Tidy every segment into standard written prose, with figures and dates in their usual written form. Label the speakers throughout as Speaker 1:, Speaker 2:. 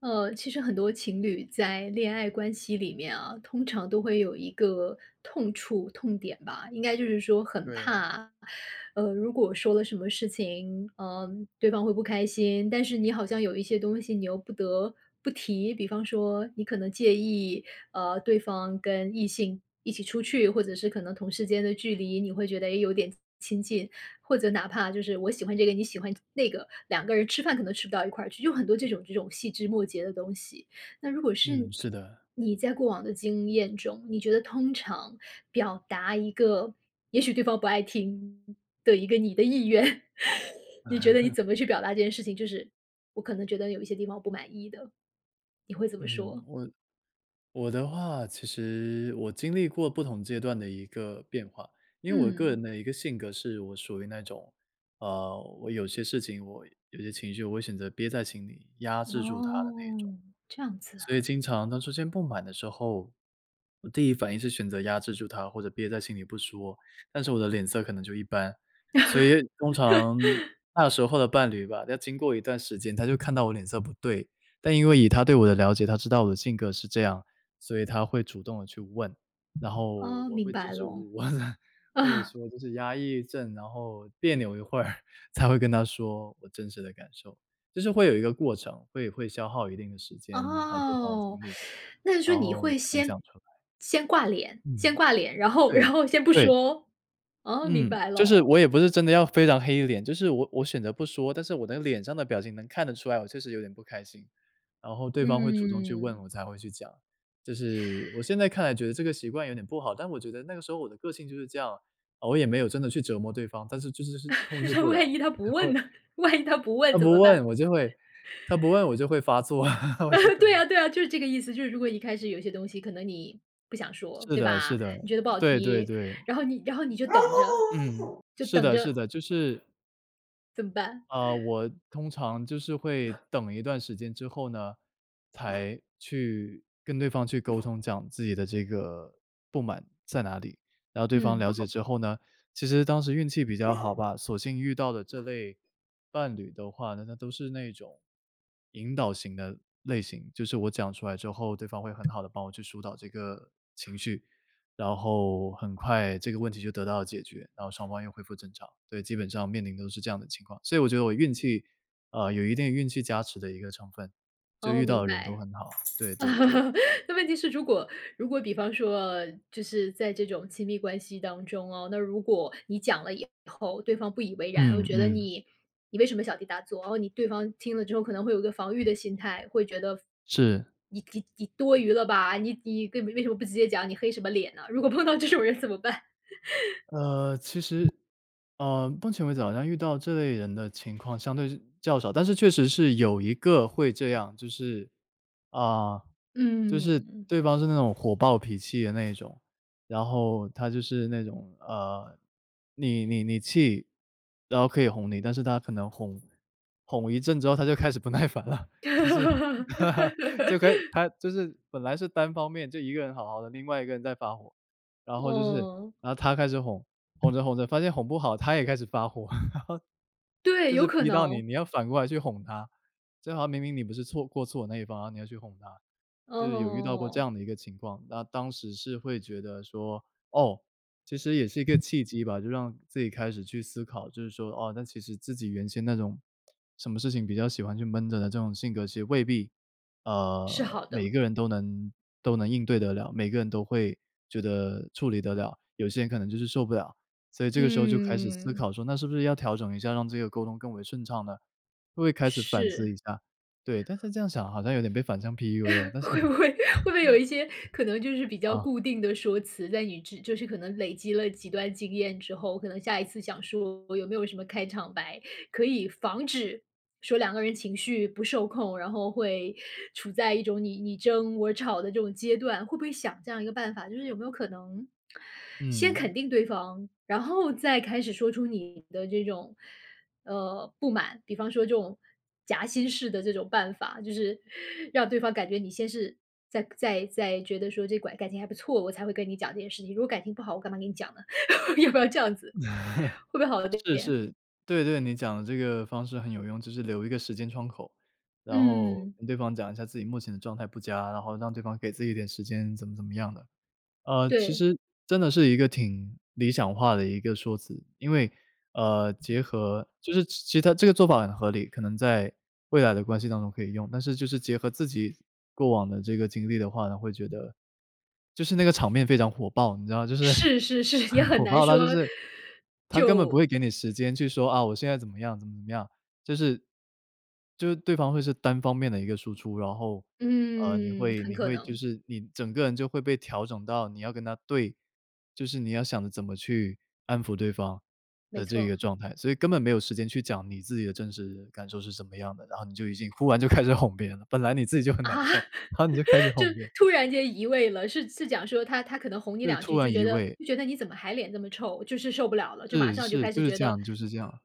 Speaker 1: 其实很多情侣在恋爱关系里面啊，通常都会有一个痛处、痛点吧，应该就是说很
Speaker 2: 对。
Speaker 1: 怕，如果说了什么事情，对方会不开心，但是你好像有一些东西你又不得不提，比方说你可能介意，对方跟异性一起出去，或者是可能同事间的距离，你会觉得也有点亲近，或者哪怕就是我喜欢这个，你喜欢那个，两个人吃饭可能吃不到一块儿去，就很多这种细枝末节的东西。那如果
Speaker 2: 嗯，
Speaker 1: 是
Speaker 2: 是的。
Speaker 1: 你在过往的经验中，你觉得通常表达一个也许对方不爱听的一个你的意愿，你觉得你怎么去表达这件事情？就是我可能觉得有一些地方我不满意的，你会怎么
Speaker 2: 嗯，
Speaker 1: 说？
Speaker 2: 我我的话，其实我经历过不同阶段的一个变化，因为我个人
Speaker 1: 嗯，
Speaker 2: 的一个性格是我属于那种，我有些事情，我有些情绪，我会选择憋在心里，压制住它的那一种。
Speaker 1: 哦，这样子
Speaker 2: 所以
Speaker 1: 啊，
Speaker 2: 经常当出现不满的时候，我第一反应是选择压制住他，或者憋在心里不说，但是我的脸色可能就一般。所以通常那时候的伴侣吧，要经过一段时间，他就看到我脸色不对，但因为以他对我的了解，他知道我的性格是这样，所以他会主动的去问，然后
Speaker 1: 哦，
Speaker 2: 我
Speaker 1: 明
Speaker 2: 会支
Speaker 1: 白
Speaker 2: 支
Speaker 1: 了
Speaker 2: 吾吾，或者
Speaker 1: 啊。
Speaker 2: 说就是压抑一阵，然后别扭一会儿 才会跟他说我真实的感受。就是会有一个过程，会消耗一定的时间和对方的
Speaker 1: 哦，
Speaker 2: 精力，
Speaker 1: 那就说
Speaker 2: 然
Speaker 1: 你
Speaker 2: 后
Speaker 1: 会
Speaker 2: 才能讲
Speaker 1: 先
Speaker 2: 出来。
Speaker 1: 先挂脸
Speaker 2: 嗯，
Speaker 1: 先挂脸，然后
Speaker 2: 对，
Speaker 1: 然后先不
Speaker 2: 对。
Speaker 1: 说？哦，明
Speaker 2: 嗯，
Speaker 1: 白
Speaker 2: 就
Speaker 1: 了，
Speaker 2: 是我也不是真的要非常黑脸，就是我选择不说，但是我的脸上的表情能看得出来，我确实有点不开心，然后对方会主动去问
Speaker 1: 嗯，
Speaker 2: 我才会去讲。就是我现在看来觉得这个习惯有点不好，但我觉得那个时候我的个性就是这样。啊，我也没有真的去折磨对方，但是就是是控 制
Speaker 1: 那
Speaker 2: 不
Speaker 1: 万
Speaker 2: 了，
Speaker 1: 一他不
Speaker 2: 会
Speaker 1: 问呢？万一他不问
Speaker 2: 他
Speaker 1: 怎
Speaker 2: 不
Speaker 1: 么办？
Speaker 2: 问我就会他不问我就会发作，我就 可
Speaker 1: 对
Speaker 2: 能
Speaker 1: 啊对啊，就是这个意思，就是如果一开始有些东西可能你不想说，
Speaker 2: 是
Speaker 1: 对
Speaker 2: 的是
Speaker 1: 吧？
Speaker 2: 的，
Speaker 1: 你觉得不好
Speaker 2: 对对
Speaker 1: 提，
Speaker 2: 对。
Speaker 1: 然后你就等着，
Speaker 2: 嗯，
Speaker 1: 就
Speaker 2: 是
Speaker 1: 等
Speaker 2: 的是
Speaker 1: 着
Speaker 2: 的，就是，
Speaker 1: 怎么办？
Speaker 2: 我通常就是会等一段时间之后呢，才去跟对方去沟通，讲自己的这个不满在哪里，然后对方
Speaker 1: 嗯，
Speaker 2: 了解之后呢，其实当时运气比较好吧，所幸遇到的这类伴侣的话呢，那都是那种引导型的类型，就是我讲出来之后，对方会很好的帮我去疏导这个，然后很快这个问题就得到了解决，然后双方又恢复正常。对，基本上面临的都是这样的情况，所以我觉得我运气，啊，有一定运气加持的一个成分，就
Speaker 1: 哦，
Speaker 2: 遇到
Speaker 1: 明
Speaker 2: 的人都
Speaker 1: 白。
Speaker 2: 很好，对 对对。
Speaker 1: 那问题是，如果比方说，就是在这种亲密关系当中哦，那如果你讲了以后，对方不以为然，我
Speaker 2: 嗯
Speaker 1: 觉得
Speaker 2: 嗯，
Speaker 1: 你为什么小题大做？然后你对方听了之后，可能会有一个防御的心态，会觉得
Speaker 2: 是。
Speaker 1: 你多余了吧？你根本为什么不直接讲？你黑什么脸呢？如果碰到这种人怎么办？
Speaker 2: 呃，其实，目前为止好像遇到这类人的情况相对是较少，但是确实是有一个会这样，就是，啊、就是
Speaker 1: 嗯，
Speaker 2: 对方是那种火爆脾气的那种，然后他就是那种你气，然后可以哄你，但是他可能哄一阵之后，他就开始不耐烦了。就是 就可以 他就是本来是单方面就一个人好好的，另外一个人在发火，然后就是
Speaker 1: 哦，
Speaker 2: 然后他开始哄，哄着哄着发现哄不好，他也开始发火，
Speaker 1: 对，
Speaker 2: 就
Speaker 1: 有
Speaker 2: 是
Speaker 1: 可
Speaker 2: 逼到你，
Speaker 1: 能，
Speaker 2: 你要反过来去哄他。就好像明明你不是错过错的那一方，然后你要去哄他，就是有遇到过这
Speaker 1: 哦，
Speaker 2: 样的一个情况。那当时是会觉得说，哦，其实也是一个契机吧，就让自己开始去思考，就是说，哦，那其实自己原先那种什么事情比较喜欢去闷着的这种性格，其实未必，
Speaker 1: 是
Speaker 2: 呃，
Speaker 1: 好
Speaker 2: 每
Speaker 1: 的，
Speaker 2: 个人都能都能应对得了，每个人都会觉得处理得了，有些人可能就是受不了。所以这个时候就开始思
Speaker 1: 嗯。
Speaker 2: 考说，那是不是要调整一下，让这个沟通更为顺畅呢？会不会开始反思
Speaker 1: 是，
Speaker 2: 一下。对，但是这样想好像有点被反向 PUA 了，但是
Speaker 1: 会不会有一些可能就是比较
Speaker 2: 啊。
Speaker 1: 固定的说辞，在你之就是可能累积了几段经验之后，可能下一次想说有没有什么开场白，可以防止说两个人情绪不受控，然后会处在一种你你争我吵的这种阶段，会不会想这样一个办法？就是有没有可能先肯
Speaker 2: 嗯，
Speaker 1: 定对方，然后再开始说出你的这种不满，比方说这种夹心式的这种办法，就是 让对方感觉你先是在觉得说这管感情还不错，我才会跟你讲这件事情。如果感情不好，我干嘛跟你讲呢？要不要这样子？会不会好一点？
Speaker 2: 对对，你讲的这个方式很有用，就是留一个时间窗口，然后
Speaker 1: 嗯，
Speaker 2: 跟对方讲一下自己目前的状态不佳，然后让对方给自己一点时间，怎么怎么样的。其
Speaker 1: 对，
Speaker 2: 实真的是一个挺理想化的一个说辞，因为，呃，结合就是其他这个做法很合理，可能在未来的关系当中可以用，但是就是结合自己过往的这个经历的话呢，会觉得就是那个场面非常火爆，你知道就是
Speaker 1: 是是是，也
Speaker 2: 很
Speaker 1: 很
Speaker 2: 火
Speaker 1: 难
Speaker 2: 爆到就
Speaker 1: 说
Speaker 2: 是他根本不
Speaker 1: 就
Speaker 2: 会给你时间去说，啊，我现在怎么样，怎么怎么样，就是就是对方会是单方面的一个输出，然后，呃，你
Speaker 1: 嗯，
Speaker 2: 会
Speaker 1: 很
Speaker 2: 你
Speaker 1: 可
Speaker 2: 会就
Speaker 1: 能，
Speaker 2: 是你整个人就会被调整到你要跟他对，就是你要想着怎么去安抚对方
Speaker 1: 没
Speaker 2: 的这
Speaker 1: 错。
Speaker 2: 个状态，所以根本没有时间去讲你自己的真实感受是怎么样的，然后你就已经忽然就开始哄别人了，本来你自己就很难
Speaker 1: 啊，
Speaker 2: 受，然后你就开始
Speaker 1: 就
Speaker 2: 哄别人，
Speaker 1: 突然间移位了，是是讲说他可能哄你
Speaker 2: 就
Speaker 1: 两句，
Speaker 2: 突
Speaker 1: 就
Speaker 2: 然
Speaker 1: 觉
Speaker 2: 移
Speaker 1: 得
Speaker 2: 位，
Speaker 1: 就觉得你怎么还脸这么臭，就是受不了了，就马
Speaker 2: 是
Speaker 1: 上就
Speaker 2: 是，
Speaker 1: 开
Speaker 2: 就
Speaker 1: 始
Speaker 2: 是
Speaker 1: 觉
Speaker 2: 这
Speaker 1: 得
Speaker 2: 样就是这样。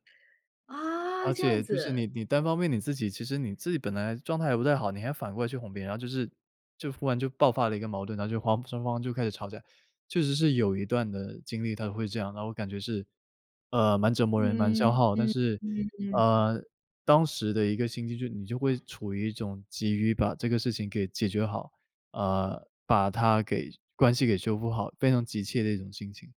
Speaker 1: 啊，
Speaker 2: 而
Speaker 1: 这样
Speaker 2: 且就是
Speaker 1: 子，
Speaker 2: 你单方面你自己，其实你自己本来状态也不太好，你还反过来去哄别人，然后就是就忽然就爆发了一个矛盾，然后就双方就开始吵架。确实是有一段的经历他会这样，然后我感觉是，呃，蛮折磨人，蛮消
Speaker 1: 嗯
Speaker 2: 耗，但
Speaker 1: 嗯
Speaker 2: 是，
Speaker 1: 嗯，嗯，
Speaker 2: 呃，当时的一个心境就你就会处于一种急于把这个事情给解决好，把它给关系给修复好，非常急切的一种心情。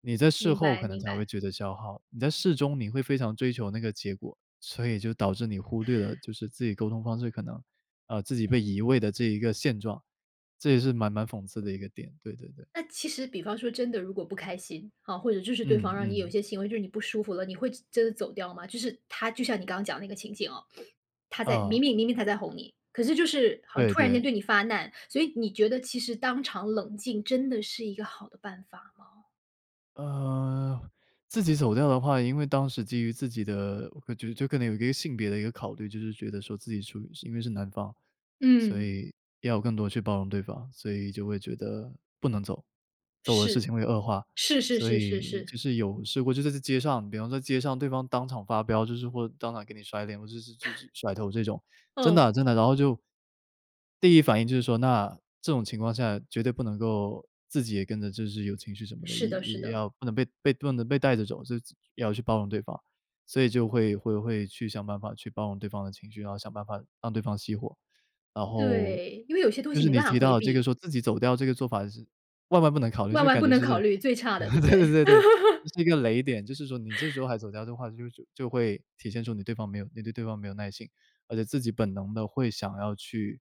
Speaker 2: 你在事
Speaker 1: 明
Speaker 2: 后
Speaker 1: 白
Speaker 2: 可能
Speaker 1: 明
Speaker 2: 才会
Speaker 1: 白。
Speaker 2: 觉得消耗，你在事中你会非常追求那个结果，所以就导致你忽略了就是自己沟通方式可能，呃，自己被移位的这一个现状，这也是蛮讽刺的一个点，对对对。
Speaker 1: 那其实比方说真的，如果不开心啊，或者就是对方
Speaker 2: 嗯
Speaker 1: 让你有一
Speaker 2: 嗯，
Speaker 1: 些行为，就是你不舒服了，你会真的走掉吗？就是他就像你刚刚讲那个情景哦，他在明
Speaker 2: 啊，
Speaker 1: 明明明他在哄你，可是就是好像
Speaker 2: 对
Speaker 1: 突然间
Speaker 2: 对。
Speaker 1: 对你发难，所以你觉得其实当场冷静真的是一个好的办法吗？
Speaker 2: 呃，自己走掉的话，因为当时基于自己的，我觉得就可能有一个性别的一个考虑，就是觉得说自己处于因为是男方，所
Speaker 1: 嗯，
Speaker 2: 以要更多去包容对方，所以就会觉得不能走，走的事
Speaker 1: 是。
Speaker 2: 情会恶化。
Speaker 1: 是是
Speaker 2: 所
Speaker 1: 是是
Speaker 2: 以
Speaker 1: 是，
Speaker 2: 就是有试过，就在这街上，比方说街上对方当场发飙，就是或当场给你甩脸，或者是就是甩头这种，真
Speaker 1: 嗯，
Speaker 2: 的真的，然后就第一反应就是说，那这种情况下绝对不能够自己也跟着就是有情绪什么的，
Speaker 1: 是
Speaker 2: 也
Speaker 1: 的，是
Speaker 2: 也
Speaker 1: 的，
Speaker 2: 要不能被不能被带着走，就也要去包容对方，所以就会会去想办法去包容对方的情绪，然后想办法让对方熄火。然后
Speaker 1: 对，因为有些东
Speaker 2: 就
Speaker 1: 西
Speaker 2: 是
Speaker 1: 没
Speaker 2: 你
Speaker 1: 办法
Speaker 2: 提
Speaker 1: 回
Speaker 2: 到这个
Speaker 1: 避。
Speaker 2: 说自己走掉这个做法是万万不能考虑，
Speaker 1: 万
Speaker 2: 就
Speaker 1: 万
Speaker 2: 感
Speaker 1: 不
Speaker 2: 觉
Speaker 1: 能
Speaker 2: 就
Speaker 1: 考
Speaker 2: 是
Speaker 1: 虑最差的，对 不
Speaker 2: 对
Speaker 1: 对？
Speaker 2: 对对 对，这是一个雷点，就是说你这时候还走掉的话，就会体现出你对方没有你对对方没有耐性。而且自己本能的会想要去，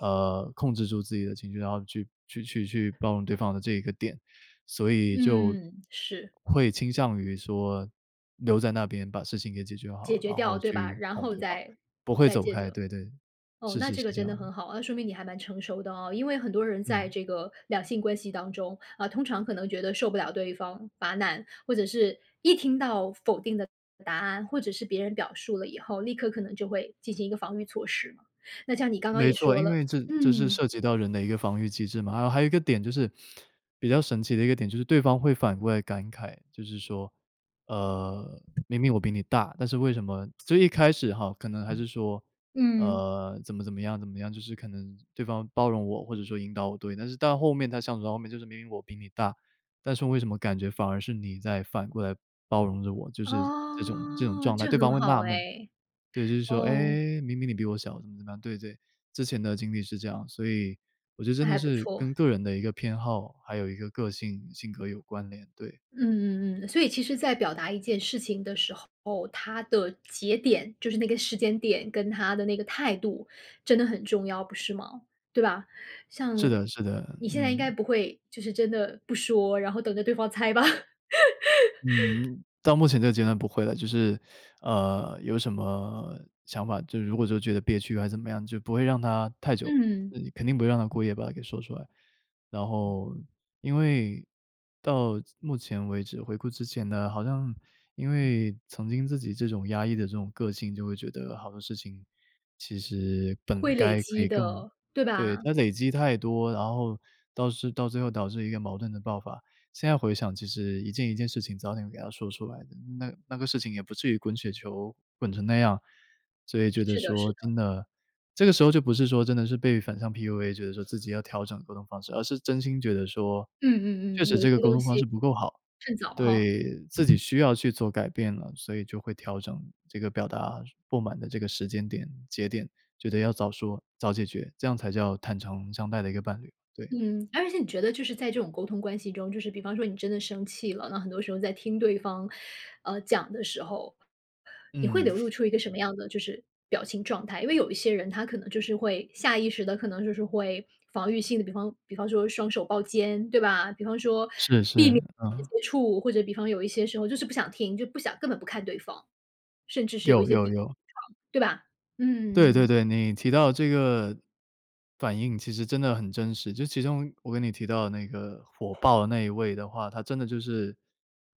Speaker 2: 呃，控制住自己的情绪，然后去包容对方的这一个点，所以就
Speaker 1: 嗯，是，
Speaker 2: 会倾向于说留在那边把事情给解决
Speaker 1: 解
Speaker 2: 好，
Speaker 1: 决
Speaker 2: 然后
Speaker 1: 掉，对吧？
Speaker 2: 去
Speaker 1: 然
Speaker 2: 哄
Speaker 1: 后
Speaker 2: 对方，
Speaker 1: 再
Speaker 2: 不会
Speaker 1: 再
Speaker 2: 走
Speaker 1: 接
Speaker 2: 开，
Speaker 1: 着。
Speaker 2: 对对，
Speaker 1: 哦，
Speaker 2: 是
Speaker 1: 那
Speaker 2: 是
Speaker 1: 这
Speaker 2: 是
Speaker 1: 个
Speaker 2: 这
Speaker 1: 真
Speaker 2: 样
Speaker 1: 的
Speaker 2: 的，
Speaker 1: 很好啊，那说明你还蛮成熟的哦。因为很多人在
Speaker 2: 嗯。
Speaker 1: 这个两性关系当中，啊，通常可能觉得受不了对方发难，或者是一听到否定的答案，或者是别人表述了以后，立刻可能就会进行一个防御措施嘛。那像你刚刚
Speaker 2: 没
Speaker 1: 也
Speaker 2: 错，
Speaker 1: 说
Speaker 2: 因
Speaker 1: 了，
Speaker 2: 为这是
Speaker 1: 嗯，
Speaker 2: 涉及到人的一个防御机制嘛。还有一个点就是比较神奇的一个点，就是对方会反过来感慨，就是说，呃，明明我比你大，但是为什么就一开始哈，可能还是说，
Speaker 1: 嗯，
Speaker 2: 怎么样，就是可能对方包容我，或者说引导我，对，但是到后面，他相处到后面，就是明明我比你大，但是为什么感觉反而是你在反过来包容着我，就是这种
Speaker 1: 哦，
Speaker 2: 状态，
Speaker 1: 这
Speaker 2: 对方
Speaker 1: 很
Speaker 2: 会
Speaker 1: 好
Speaker 2: 纳闷。
Speaker 1: 哎，
Speaker 2: 对，就是说，
Speaker 1: 哦，
Speaker 2: 哎，明明你比我小，怎么怎么样？对对。之前的经历是这样，所以我觉得真
Speaker 1: 那
Speaker 2: 的
Speaker 1: 还不
Speaker 2: 是
Speaker 1: 错。
Speaker 2: 跟个人的一个偏好，还有一个个性性格有关联，对。
Speaker 1: 嗯嗯嗯，所以其实在表达一件事情的时候，它的节点，就是那个时间点跟他的那个态度真的很重要，不是吗？对吧？像
Speaker 2: 是的是的，
Speaker 1: 你现在应该
Speaker 2: 嗯。
Speaker 1: 不会就是真的不说，然后等着对方猜吧？
Speaker 2: 嗯，到目前这个阶段不会了，就是，有什么想法，就如果说觉得憋屈还是怎么样，就不会让他太久，
Speaker 1: 嗯。
Speaker 2: 肯定不会让他过夜，把它给说出来。然后因为到目前为止，回顾之前呢，好像因为曾经自己这种压抑的这种个性，就会觉得好多事情其实本
Speaker 1: 会累
Speaker 2: 该可
Speaker 1: 积
Speaker 2: 以更。
Speaker 1: 的，对
Speaker 2: 对，
Speaker 1: 吧？
Speaker 2: 它累积太多，然后到最后导致一个矛盾的爆发。现在回想，其实一件一件事情早点给他说出来的，那那事情也不至于滚雪球滚成那样。所以觉得
Speaker 1: 是的是
Speaker 2: 说
Speaker 1: 的。
Speaker 2: 真的，这个时候就不是说真的是被反向 PUA,觉得说自己要调整沟通方式，而是真心觉得说，
Speaker 1: 嗯
Speaker 2: 确
Speaker 1: 嗯嗯，
Speaker 2: 实
Speaker 1: 有一
Speaker 2: 这
Speaker 1: 些
Speaker 2: 个沟
Speaker 1: 东
Speaker 2: 通方
Speaker 1: 西
Speaker 2: 式不够好，
Speaker 1: 趁早哈。
Speaker 2: 对自己需要去做改变了，所以就会调整这个表达不满的这个时间点、节点，觉得要早说、早解决，这样才叫坦诚相待的一个伴侣，对。
Speaker 1: 嗯，而且你觉得就是在这种沟通关系中，就是比方说你真的生气了，那很多时候在听对方，讲的时候，你会
Speaker 2: 嗯，
Speaker 1: 流露出一个什么样的就是表情状态？因为有一些人他可能就是会下意识的，可能就是会防御性的，比方说双手抱肩，对吧？比方说
Speaker 2: 是
Speaker 1: 避
Speaker 2: 是，
Speaker 1: 免
Speaker 2: 嗯。
Speaker 1: 接触，或者比方有一些时候就是不想听，就不想根本不看对方，甚至是有一
Speaker 2: 有
Speaker 1: 些
Speaker 2: 有
Speaker 1: 抵
Speaker 2: 有，
Speaker 1: 抗，对吧？
Speaker 2: 对
Speaker 1: 嗯
Speaker 2: 对
Speaker 1: 嗯
Speaker 2: 对，你提到这个反应其实真的很真实。就其中我跟你提到那个火爆的那一位的话，他真的就是，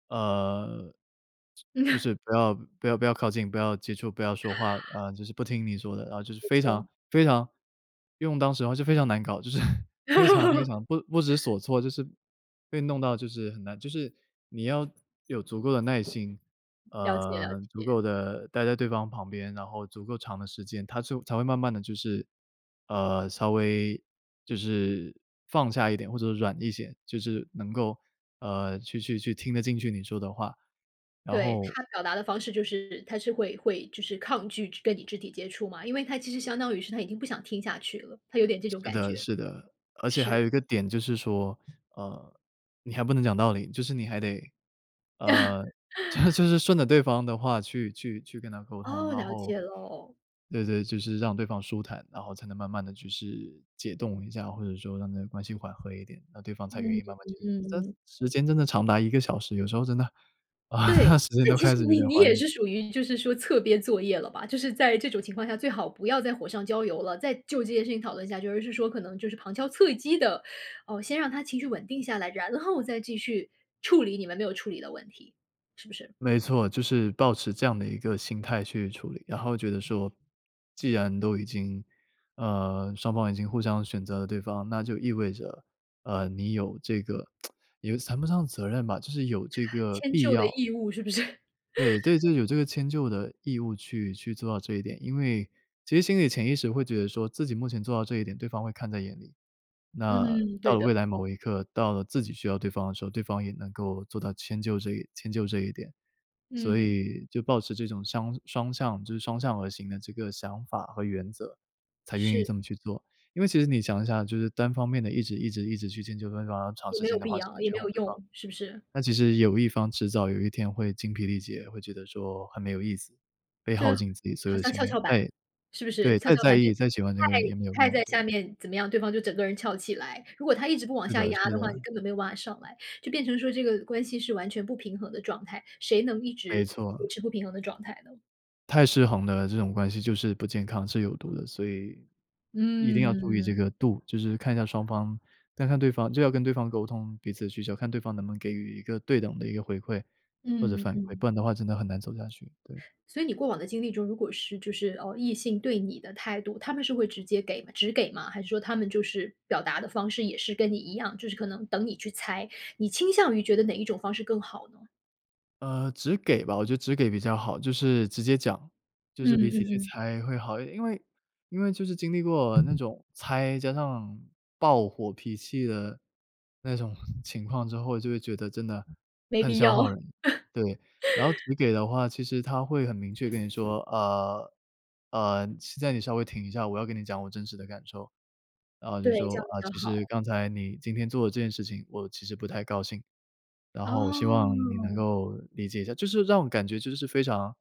Speaker 2: 呃，
Speaker 1: 嗯
Speaker 2: 就 是不要不要靠近，不要接触，不要说话，啊，就是不听你说的，然后就是
Speaker 1: 没
Speaker 2: 非常
Speaker 1: 错。
Speaker 2: 非常，用当时的话就非常难搞，就是 非常非常 不知所措，就是被弄到就是很难，就是你要有足够的耐心。
Speaker 1: 了解了
Speaker 2: 足够
Speaker 1: 解，
Speaker 2: 的待在对方旁边，然后足够长的时间，他就才会慢慢的就是，稍微就是放下一点，或者软一些，就是能够，去听得进去你说的话。然
Speaker 1: 对，
Speaker 2: 后
Speaker 1: 他表达的方式就是他是会就是抗拒跟你肢体接触嘛，因为他其实相当于是他已经不想听下去了，他有点这种感
Speaker 2: 是
Speaker 1: 觉，
Speaker 2: 而且还
Speaker 1: 是。
Speaker 2: 有一个点就是说，呃，你还不能讲道理，就是你还得，呃，这就是顺着对方的话去跟他沟通，
Speaker 1: 哦，
Speaker 2: 然
Speaker 1: 了
Speaker 2: 后
Speaker 1: 解喽。
Speaker 2: 对对，就是让对方舒坦，然后才能慢慢的就是解冻一下，或者说让那个关系缓和一点，那对方才愿
Speaker 1: 嗯
Speaker 2: 意慢慢去。这
Speaker 1: 嗯嗯，
Speaker 2: 时间真的长达1个小时，有时候真的，啊，
Speaker 1: 对，
Speaker 2: 那时间
Speaker 1: 那
Speaker 2: 都
Speaker 1: 其实
Speaker 2: 开始有
Speaker 1: 你
Speaker 2: 点
Speaker 1: 你
Speaker 2: 怀
Speaker 1: 也
Speaker 2: 疑。
Speaker 1: 是属于就是说侧边作业了吧？就是在这种情况下，最好不要再火上浇油了，再就这件事情讨论下去，而是说可能就是旁敲侧击的，哦，先让他情绪稳定下来，然后再继续处理你们没有处理的问题，是不是？
Speaker 2: 没错，就是抱持这样的一个心态去处理，然后觉得说，既然都已经，双方已经互相选择了对方，那就意味着，你有这个，也谈不上责任吧，就是有这个
Speaker 1: 迁
Speaker 2: 必
Speaker 1: 就的
Speaker 2: 要。
Speaker 1: 义务是不是？
Speaker 2: 对对，就有这个迁就的义务去去做到这一点。因为其实心里潜意识会觉得说，自己目前做到这一点，对方会看在眼里。那
Speaker 1: 嗯，
Speaker 2: 到
Speaker 1: 对
Speaker 2: 了
Speaker 1: 的，
Speaker 2: 未来某一刻，到了自己需要对方的时候，对方也能够做到迁就这一点。
Speaker 1: 嗯
Speaker 2: 所
Speaker 1: 嗯，
Speaker 2: 以就保持这种双向，就是双向而行的这个想法和原则，才愿意这
Speaker 1: 是，
Speaker 2: 么去做。因为其实你想一下，就是单方面的一直去迁就对方，然后长
Speaker 1: 也
Speaker 2: 时
Speaker 1: 没
Speaker 2: 间
Speaker 1: 有
Speaker 2: 的
Speaker 1: 必
Speaker 2: 话，时
Speaker 1: 要，
Speaker 2: 间
Speaker 1: 也
Speaker 2: 去
Speaker 1: 没
Speaker 2: 哄
Speaker 1: 有
Speaker 2: 对方，
Speaker 1: 用，是不是？
Speaker 2: 那其实有一方迟早有一天会精疲力竭，会觉得说很没有意思，被
Speaker 1: 就
Speaker 2: 耗
Speaker 1: 是
Speaker 2: 尽自己所有
Speaker 1: 好
Speaker 2: 的
Speaker 1: 像
Speaker 2: 精
Speaker 1: 跷
Speaker 2: 力。
Speaker 1: 跷板，
Speaker 2: 再
Speaker 1: 是不是？
Speaker 2: 对，
Speaker 1: 跷
Speaker 2: 再
Speaker 1: 跷
Speaker 2: 在
Speaker 1: 板就
Speaker 2: 意、再喜欢这个
Speaker 1: 太
Speaker 2: 人也
Speaker 1: 你
Speaker 2: 没有
Speaker 1: 太
Speaker 2: 用，
Speaker 1: 在
Speaker 2: 对。
Speaker 1: 下面怎么样，对方就整个人翘起来。如果他一直不往
Speaker 2: 是
Speaker 1: 下
Speaker 2: 的是
Speaker 1: 压
Speaker 2: 的，
Speaker 1: 的话，你根本没有办法上来，就变成说这个关系是完全不平衡的状态，谁能一
Speaker 2: 没
Speaker 1: 直
Speaker 2: 错，
Speaker 1: 维持不平衡的状态呢？
Speaker 2: 太失衡的这种关系就是不健康，是有毒的，所以一定
Speaker 1: 嗯，
Speaker 2: 要注意
Speaker 1: 嗯
Speaker 2: 这个度，就是看一下双方，看看对方，就要跟对方沟通彼此的需求，看对方能不能给予一个对等的一个回馈或者
Speaker 1: 嗯
Speaker 2: 反馈，不
Speaker 1: 嗯。
Speaker 2: 然的话真的很难走下去，对。
Speaker 1: 所以你过往的经历中，如果是就是，哦，异性对你的态度，他们是会直接给吗直给吗？还是说他们就是表达的方式也是跟你一样，就是可能等你去猜，你倾向于觉得哪一种方式更好呢？
Speaker 2: 直给吧，我觉得直给比较好，就是直接讲，就
Speaker 1: 嗯
Speaker 2: 是比起
Speaker 1: 嗯
Speaker 2: 去
Speaker 1: 嗯。
Speaker 2: 猜会好一点。因为就是经历过那种猜加上爆火脾气的那种 情况之后，就会觉得真的
Speaker 1: 没
Speaker 2: 很
Speaker 1: 必
Speaker 2: 消
Speaker 1: 要，
Speaker 2: 耗人。对，然后直给的话，其实他会很明确跟你说，现在你稍微停一下，我要跟你讲我真实的感受。然后就
Speaker 1: 对，这
Speaker 2: 说
Speaker 1: 样比
Speaker 2: 啊、
Speaker 1: 较
Speaker 2: 其实
Speaker 1: 好。
Speaker 2: 刚才你今天做的这件事情，我其实不太高兴。然后我希望你
Speaker 1: 哦，
Speaker 2: 能够理解一下，就是让我感觉就是非常，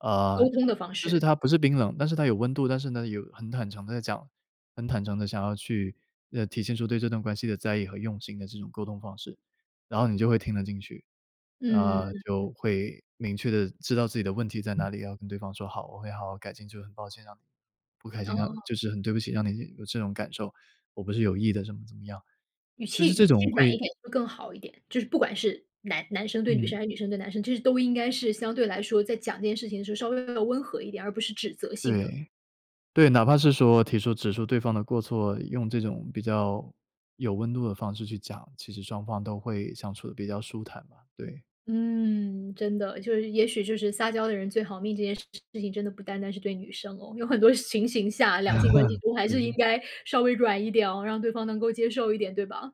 Speaker 2: 呃，
Speaker 1: 沟通的方
Speaker 2: 就是
Speaker 1: 式，
Speaker 2: 它不是冰冷，但是它有温度，但是呢，有很坦诚的在讲，很坦诚的想要去，体现出对这段关系的在意和用心的这种沟通方式，然后你就会听得进去，
Speaker 1: 嗯，
Speaker 2: 就会明确的知道自己的问题在哪里，要跟对方说好，我会好好改进，就很抱歉让你不开心，让
Speaker 1: 哦，
Speaker 2: 就是很对不起让你有这种感受，我不是有意的，怎么怎么样，
Speaker 1: 语
Speaker 2: 就是
Speaker 1: 气
Speaker 2: 这
Speaker 1: 语
Speaker 2: 种
Speaker 1: 气软一
Speaker 2: 会。
Speaker 1: 点会更好一点，就是不管是男生对女
Speaker 2: 嗯，
Speaker 1: 生还是女生对男生，其实都应该是相对来说在讲这件事情的时候稍微要温和一点，而不是指责性的。
Speaker 2: 对。对，哪怕是说提出指出对方的过错，用这种比较有温度的方式去讲，其实双方都会相处的比较舒坦嘛，对。
Speaker 1: 嗯，真的，就是也许就是撒娇的人最好命这件事情，真的不单单是对女生哦，有很多情形下，两性关系中 还
Speaker 2: 是
Speaker 1: 是应
Speaker 2: 是，
Speaker 1: 该稍微软一点哦，让对方能够接受一点，对吧？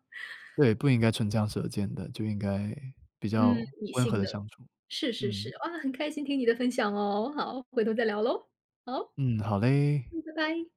Speaker 2: 对，不应该唇枪舌剑的，就应该比
Speaker 1: 嗯，
Speaker 2: 较
Speaker 1: 理
Speaker 2: 温和
Speaker 1: 性
Speaker 2: 的
Speaker 1: 的。
Speaker 2: 相处。
Speaker 1: 是是
Speaker 2: 嗯，
Speaker 1: 是，哇，很开心听你的分享哦，好，回头再聊喽。好，
Speaker 2: 嗯，好嘞。
Speaker 1: 嗯，拜拜。